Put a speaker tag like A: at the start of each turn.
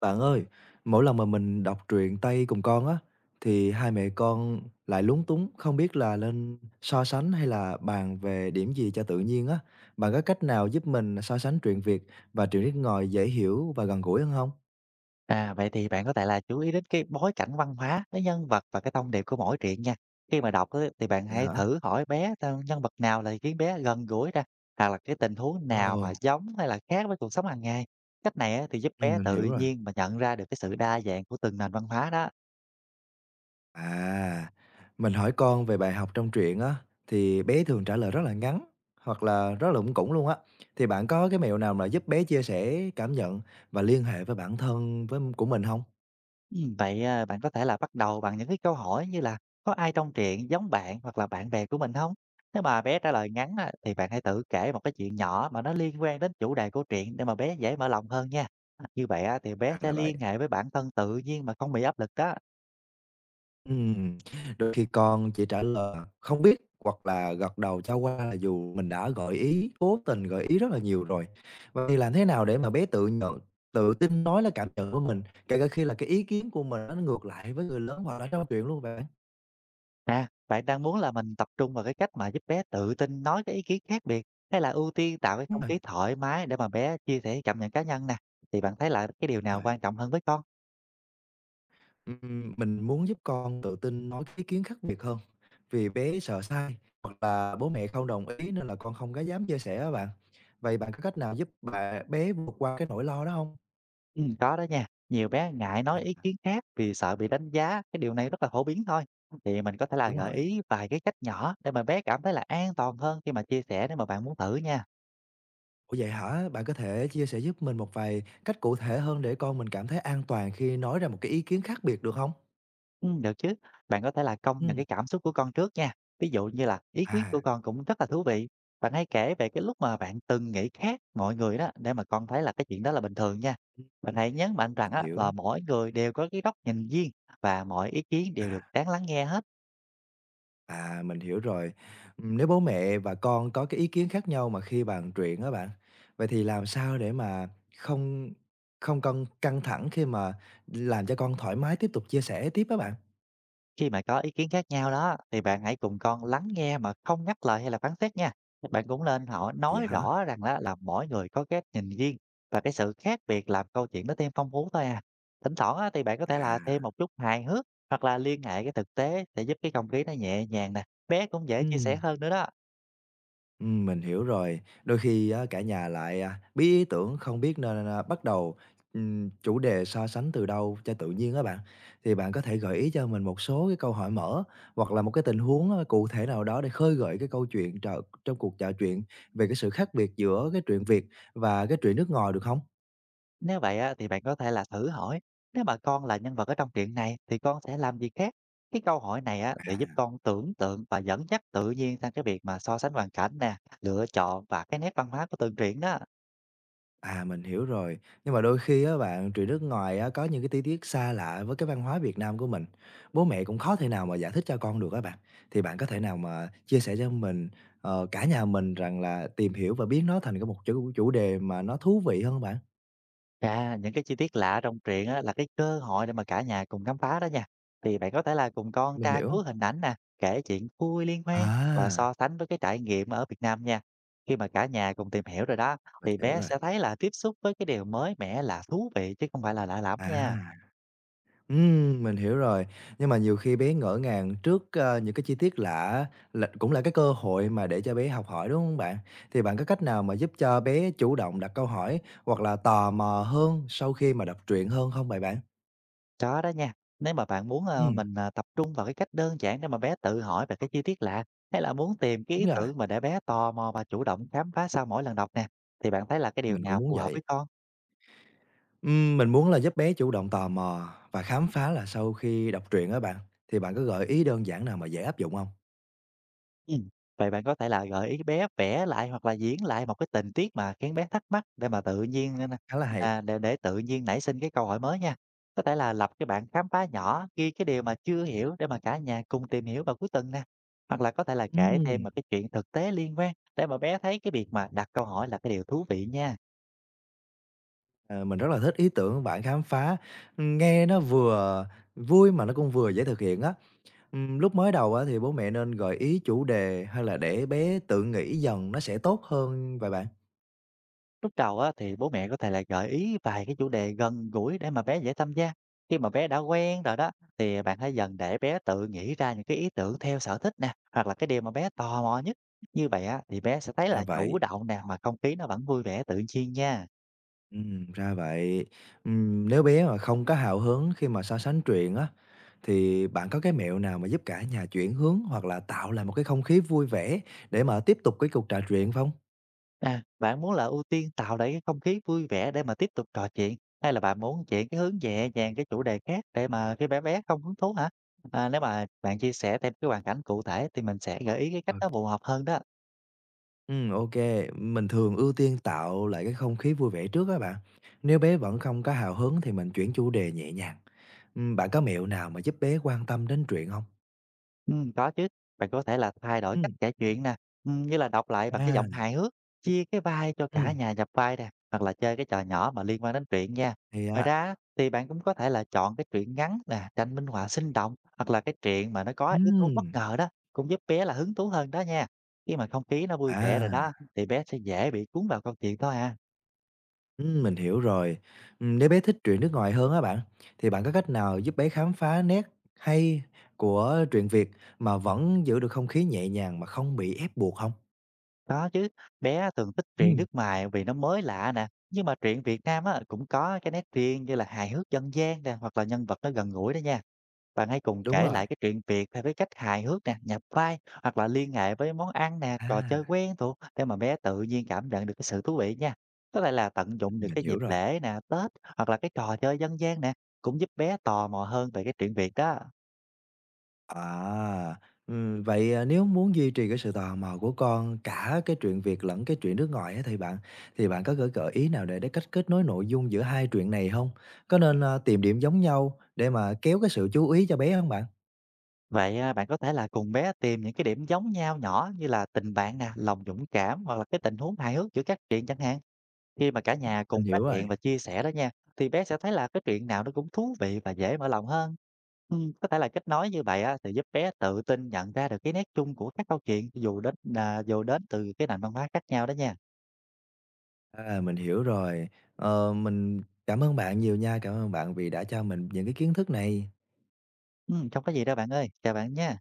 A: Bạn ơi, mỗi lần mà mình đọc truyện Tây cùng con á, thì hai mẹ con lại lúng túng không biết là nên so sánh hay là bàn về điểm gì cho tự nhiên á. Bạn có cách nào giúp mình so sánh truyện Việt và truyện nước ngoài dễ hiểu và gần gũi hơn không?
B: Vậy thì bạn có thể là chú ý đến cái bối cảnh văn hóa, cái nhân vật và cái thông điệp của mỗi truyện nha. Khi mà đọc á, thì bạn
A: Vậy
B: hãy
A: hả?
B: thử hỏi bé xem nhân vật nào là khiến bé gần gũi ra, hoặc là cái tình huống
A: Ồ,
B: nào mà giống hay là khác với cuộc sống hàng ngày. Cách này á, thì giúp bé
A: mình
B: tự
A: hiểu rồi.
B: nhiên mà nhận ra được cái sự đa dạng của từng nền văn hóa đó.
A: À, mình hỏi con về bài học trong truyện á, thì bé thường trả lời rất là ngắn hoặc là rất là lủng củng luôn á. Thì bạn có cái mẹo nào mà giúp bé chia sẻ cảm nhận và liên hệ với bản thân với của mình không?
B: Bạn có thể là bắt đầu bằng những cái câu hỏi như là "Có ai trong truyện giống bạn hoặc là bạn bè của mình không?" Nếu mà bé trả lời ngắn á, thì bạn hãy tự kể một cái chuyện nhỏ mà nó liên quan đến chủ đề của truyện để mà bé dễ mở lòng hơn nha. Như vậy á, thì bé
A: Ra
B: sẽ
A: là vậy.
B: liên hệ với bản thân tự nhiên mà không bị áp lực đó.
A: Ừm, đôi khi con chỉ trả lời "không biết" hoặc là gật đầu cho qua là dù mình đã gợi ý, cố tình gợi ý rất là nhiều rồi. Vậy thì làm thế nào để mà bé tự nhận tự tin nói là cảm nhận của mình, kể cả khi là cái ý kiến của mình nó ngược lại với người lớn hoặc là trong chuyện luôn bạn?
B: À, bạn đang muốn là mình tập trung vào cái cách mà giúp bé tự tin nói cái ý kiến khác biệt, hay là ưu tiên tạo cái
A: Đúng
B: không
A: rồi,
B: khí thoải mái để mà bé chia sẻ cảm nhận cá nhân nè? Thì bạn thấy là cái điều nào
A: rồi.
B: quan trọng hơn với con?
A: Mình muốn giúp con tự tin nói cái ý kiến khác biệt hơn, vì bé sợ sai hoặc là bố mẹ không đồng ý nên là con không có dám chia sẻ á bạn. Vậy bạn có cách nào giúp bạn bé vượt qua cái nỗi lo đó không?
B: Có đó nha. Nhiều bé ngại nói ý
A: À.
B: kiến khác vì sợ bị đánh giá, cái điều này rất là phổ biến thôi. Thì mình có thể là
A: Đúng
B: gợi
A: rồi.
B: ý vài cái cách nhỏ để mà bé cảm thấy là an toàn hơn khi mà chia sẻ nếu mà bạn muốn thử nha.
A: Ủa, vậy hả? Bạn có thể chia sẻ giúp mình một vài cách cụ thể hơn để con mình cảm thấy an toàn khi nói ra một cái ý kiến khác biệt được không?
B: Được chứ. Bạn có thể là công nhận cái
A: Ừm,
B: cảm xúc của con trước nha. Ví dụ như là ý kiến
A: à,
B: của con cũng rất là thú vị. Bạn hãy kể về cái lúc mà bạn từng nghĩ khác mọi người đó để mà con thấy là cái chuyện đó là bình thường nha.
A: ừm,
B: Bạn
A: ừm,
B: hãy nhấn mạnh rằng
A: mình
B: á, là
A: hiểu,
B: mỗi người đều có cái góc nhìn riêng và mọi ý kiến đều được
A: à,
B: đáng lắng nghe hết.
A: mình hiểu rồi. Nếu bố mẹ và con có cái ý kiến khác nhau mà khi bàn chuyện á bạn, vậy thì làm sao để mà không không căng căng thẳng khi mà làm cho con thoải mái tiếp tục chia sẻ tiếp á bạn?
B: Khi mà có ý kiến khác nhau đó thì bạn hãy cùng con lắng nghe mà không ngắt lời hay là phán xét nha. Bạn cũng nên họ
A: Vậy
B: nói
A: hả?
B: rõ rằng đó là mỗi người có cái nhìn riêng và cái sự khác biệt làm câu chuyện nó thêm phong phú thôi à. Thỉnh thoảng á, thì bạn có thể
A: À,
B: là thêm một chút hài hước hoặc là liên hệ cái thực tế để giúp cái không khí nó nhẹ nhàng nè. Bé cũng dễ chia sẻ
A: ừm.
B: hơn nữa đó.
A: Mình hiểu rồi. Đôi khi á, cả nhà lại, bí ý tưởng không biết nên, bắt đầu, chủ đề so sánh từ đâu cho tự nhiên á bạn. Thì bạn có thể gợi ý cho mình một số cái câu hỏi mở hoặc là một cái tình huống, cụ thể nào đó để khơi gợi cái câu chuyện trò trong cuộc trò chuyện về cái sự khác biệt giữa cái truyện Việt và cái truyện nước ngoài được không?
B: Nếu vậy á, thì bạn có thể là thử hỏi, nếu mà con là nhân vật ở trong truyện này thì con sẽ làm gì khác? Cái câu hỏi này á, để giúp con tưởng tượng và dẫn dắt tự nhiên sang cái việc mà so sánh hoàn cảnh nè, lựa chọn và cái nét văn hóa của từng truyện đó.
A: À, mình hiểu rồi. Nhưng mà đôi khi á bạn, truyền nước ngoài á có những cái tí tiết xa lạ với cái văn hóa Việt Nam của mình, bố mẹ cũng khó thể nào mà giải thích cho con được á bạn. Thì bạn có thể nào mà chia sẻ cho mình, cả nhà mình rằng là tìm hiểu và biến nó thành cái một chủ chủ đề mà nó thú vị hơn hông bạn?
B: À, những cái chi tiết lạ trong truyện á, là cái cơ hội để mà cả nhà cùng khám phá đó nha. Thì bạn có thể là cùng con
A: Mình
B: tra cứu
A: hiểu.
B: hình ảnh nè, kể chuyện vui liên hoan và
A: À,
B: so sánh với cái trải nghiệm ở Việt Nam nha. Khi mà cả nhà cùng tìm hiểu rồi đó,
A: mình
B: thì
A: hiểu
B: bé
A: rồi.
B: sẽ thấy là tiếp xúc với cái điều mới mẻ là thú vị chứ không phải là lạ lẫm nha.
A: À. Mình hiểu rồi. Nhưng mà nhiều khi bé ngỡ ngàng trước, những cái chi tiết lạ là cũng là cái cơ hội mà để cho bé học hỏi, đúng không bạn? Thì bạn có cách nào mà giúp cho bé chủ động đặt câu hỏi hoặc là tò mò hơn sau khi mà đọc truyện hơn không vậy bạn?
B: Có đó nha, nếu mà bạn muốn,
A: Ừm,
B: mình, tập trung vào cái cách đơn giản để mà bé tự hỏi về cái chi tiết lạ, hay là muốn tìm cái ý
A: đúng rồi,
B: tưởng mà để bé tò mò và chủ động khám phá sau mỗi lần đọc nè, thì bạn thấy là cái điều
A: mình cũng
B: nào
A: muốn
B: phù hợp với
A: vậy.
B: con?
A: Mình muốn là giúp bé chủ động tò mò và khám phá là sau khi đọc truyện á bạn, thì bạn có gợi ý đơn giản nào mà dễ áp dụng không?
B: Ừm, Vậy bạn có thể là gợi ý bé vẽ lại hoặc là diễn lại một cái tình tiết mà khiến bé thắc mắc để mà tự nhiên nên, a,
A: Khá là hay.
B: à, để tự nhiên nảy sinh cái câu hỏi mới nha. Có thể là lập cái bảng khám phá nhỏ, ghi cái điều mà chưa hiểu để mà cả nhà cùng tìm hiểu vào cuối tuần nè. Hoặc là có thể là kể
A: Ừm.
B: thêm một cái chuyện thực tế liên quan để mà bé thấy cái việc mà đặt câu hỏi là cái điều thú vị nha.
A: Ờ, mình rất là thích ý tưởng bạn khám phá, nghe nó vừa vui mà nó cũng vừa dễ thực hiện á. Lúc mới đầu á thì bố mẹ nên gợi ý chủ đề hay là để bé tự nghĩ dần nó sẽ tốt hơn vậy bạn?
B: Lúc đầu á, thì bố mẹ có thể là gợi ý vài cái chủ đề gần gũi để mà bé dễ tham gia. Khi mà bé đã quen rồi đó, thì bạn hãy dần để bé tự nghĩ ra những cái ý tưởng theo sở thích nè, hoặc là cái điều mà bé tò mò nhất. Như vậy á, thì bé sẽ thấy
A: Ra
B: là chủ
A: vậy,
B: động nè, mà không khí nó vẫn vui vẻ tự nhiên nha.
A: ra vậy. Nếu bé mà không có hào hứng khi mà so sánh truyện á, thì bạn có cái mẹo nào mà giúp cả nhà chuyển hướng hoặc là tạo lại một cái không khí vui vẻ để mà tiếp tục cái cuộc trò chuyện không?
B: À, bạn muốn là ưu tiên tạo ra cái không khí vui vẻ để mà tiếp tục trò chuyện, hay là bạn muốn chuyển cái hướng nhẹ nhàng cái chủ đề khác để mà cái bé bé không hứng thú hả? À, nếu mà bạn chia sẻ thêm cái hoàn cảnh cụ thể thì mình sẽ gợi ý cái cách nó phù hợp hơn đó.
A: Ok, mình thường ưu tiên tạo lại cái không khí vui vẻ trước các bạn. Nếu bé vẫn không có hào hứng thì mình chuyển chủ đề nhẹ nhàng. Bạn có mẹo nào mà giúp bé quan tâm đến chuyện không?
B: Có chứ. Bạn có thể là thay đổi cách
A: Ừm,
B: kể chuyện nè, như là đọc lại bằng cái giọng
A: à,
B: hài hước, chia cái vai cho cả
A: ừm,
B: nhà nhập vai nè, hoặc là chơi cái trò nhỏ mà liên quan đến truyện nha.
A: thì
B: Ngoài
A: á.
B: ra thì bạn cũng có thể là chọn cái truyện ngắn nè, tranh minh họa sinh động, hoặc là cái truyện mà nó có yếu tố bất
A: ừm,
B: ngờ đó, cũng giúp bé là hứng thú hơn đó nha. Khi mà không khí nó vui vẻ rồi đó,
A: à,
B: thì bé sẽ dễ bị cuốn vào câu chuyện thôi à.
A: mình hiểu rồi. Nếu bé thích truyện nước ngoài hơn á bạn, thì bạn có cách nào giúp bé khám phá nét hay của truyện Việt mà vẫn giữ được không khí nhẹ nhàng mà không bị ép buộc không?
B: Có chứ, bé thường thích truyện
A: Ừm,
B: nước ngoài vì nó mới lạ nè, nhưng mà truyện Việt Nam á cũng có cái nét riêng như là hài hước dân gian nè, hoặc là nhân vật nó gần gũi đó nha. Bạn hãy cùng
A: đúng
B: kể
A: rồi,
B: lại cái truyện Việt theo cái cách hài hước nè, nhập vai hoặc là liên hệ với món ăn nè,
A: à,
B: trò chơi quen thuộc để mà bé tự nhiên cảm nhận được cái sự thú vị nha. Có lại là tận dụng được
A: mình
B: cái
A: hiểu
B: dịp
A: rồi.
B: lễ nè, Tết hoặc là cái trò chơi dân gian nè, cũng giúp bé tò mò hơn về cái truyện Việt đó.
A: À, vậy, nếu muốn duy trì cái sự tò mò của con cả cái truyện Việt lẫn cái truyện nước ngoài á thì bạn có gợi gợi ý nào để cách kết nối nội dung giữa hai truyện này không? Có nên, tìm điểm giống nhau để mà kéo cái sự chú ý cho bé không bạn?
B: Bạn có thể là cùng bé tìm những cái điểm giống nhau nhỏ như là tình bạn nè, lòng dũng cảm hoặc là cái tình huống hài hước giữa các chuyện chẳng hạn. Khi mà cả nhà cùng
A: Mình
B: phát
A: hiểu rồi,
B: hiện và chia sẻ đó nha, thì bé sẽ thấy là cái chuyện nào nó cũng thú vị và dễ mở lòng hơn. Có thể là kết nối như vậy á, thì giúp bé tự tin nhận ra được cái nét chung của các câu chuyện dù đến từ cái nền văn hóa khác nhau đó nha.
A: mình hiểu rồi. Ờ, mình cảm ơn bạn nhiều nha, cảm ơn bạn vì đã cho mình những cái kiến thức này.
B: Không có gì đâu bạn ơi, chào bạn nha.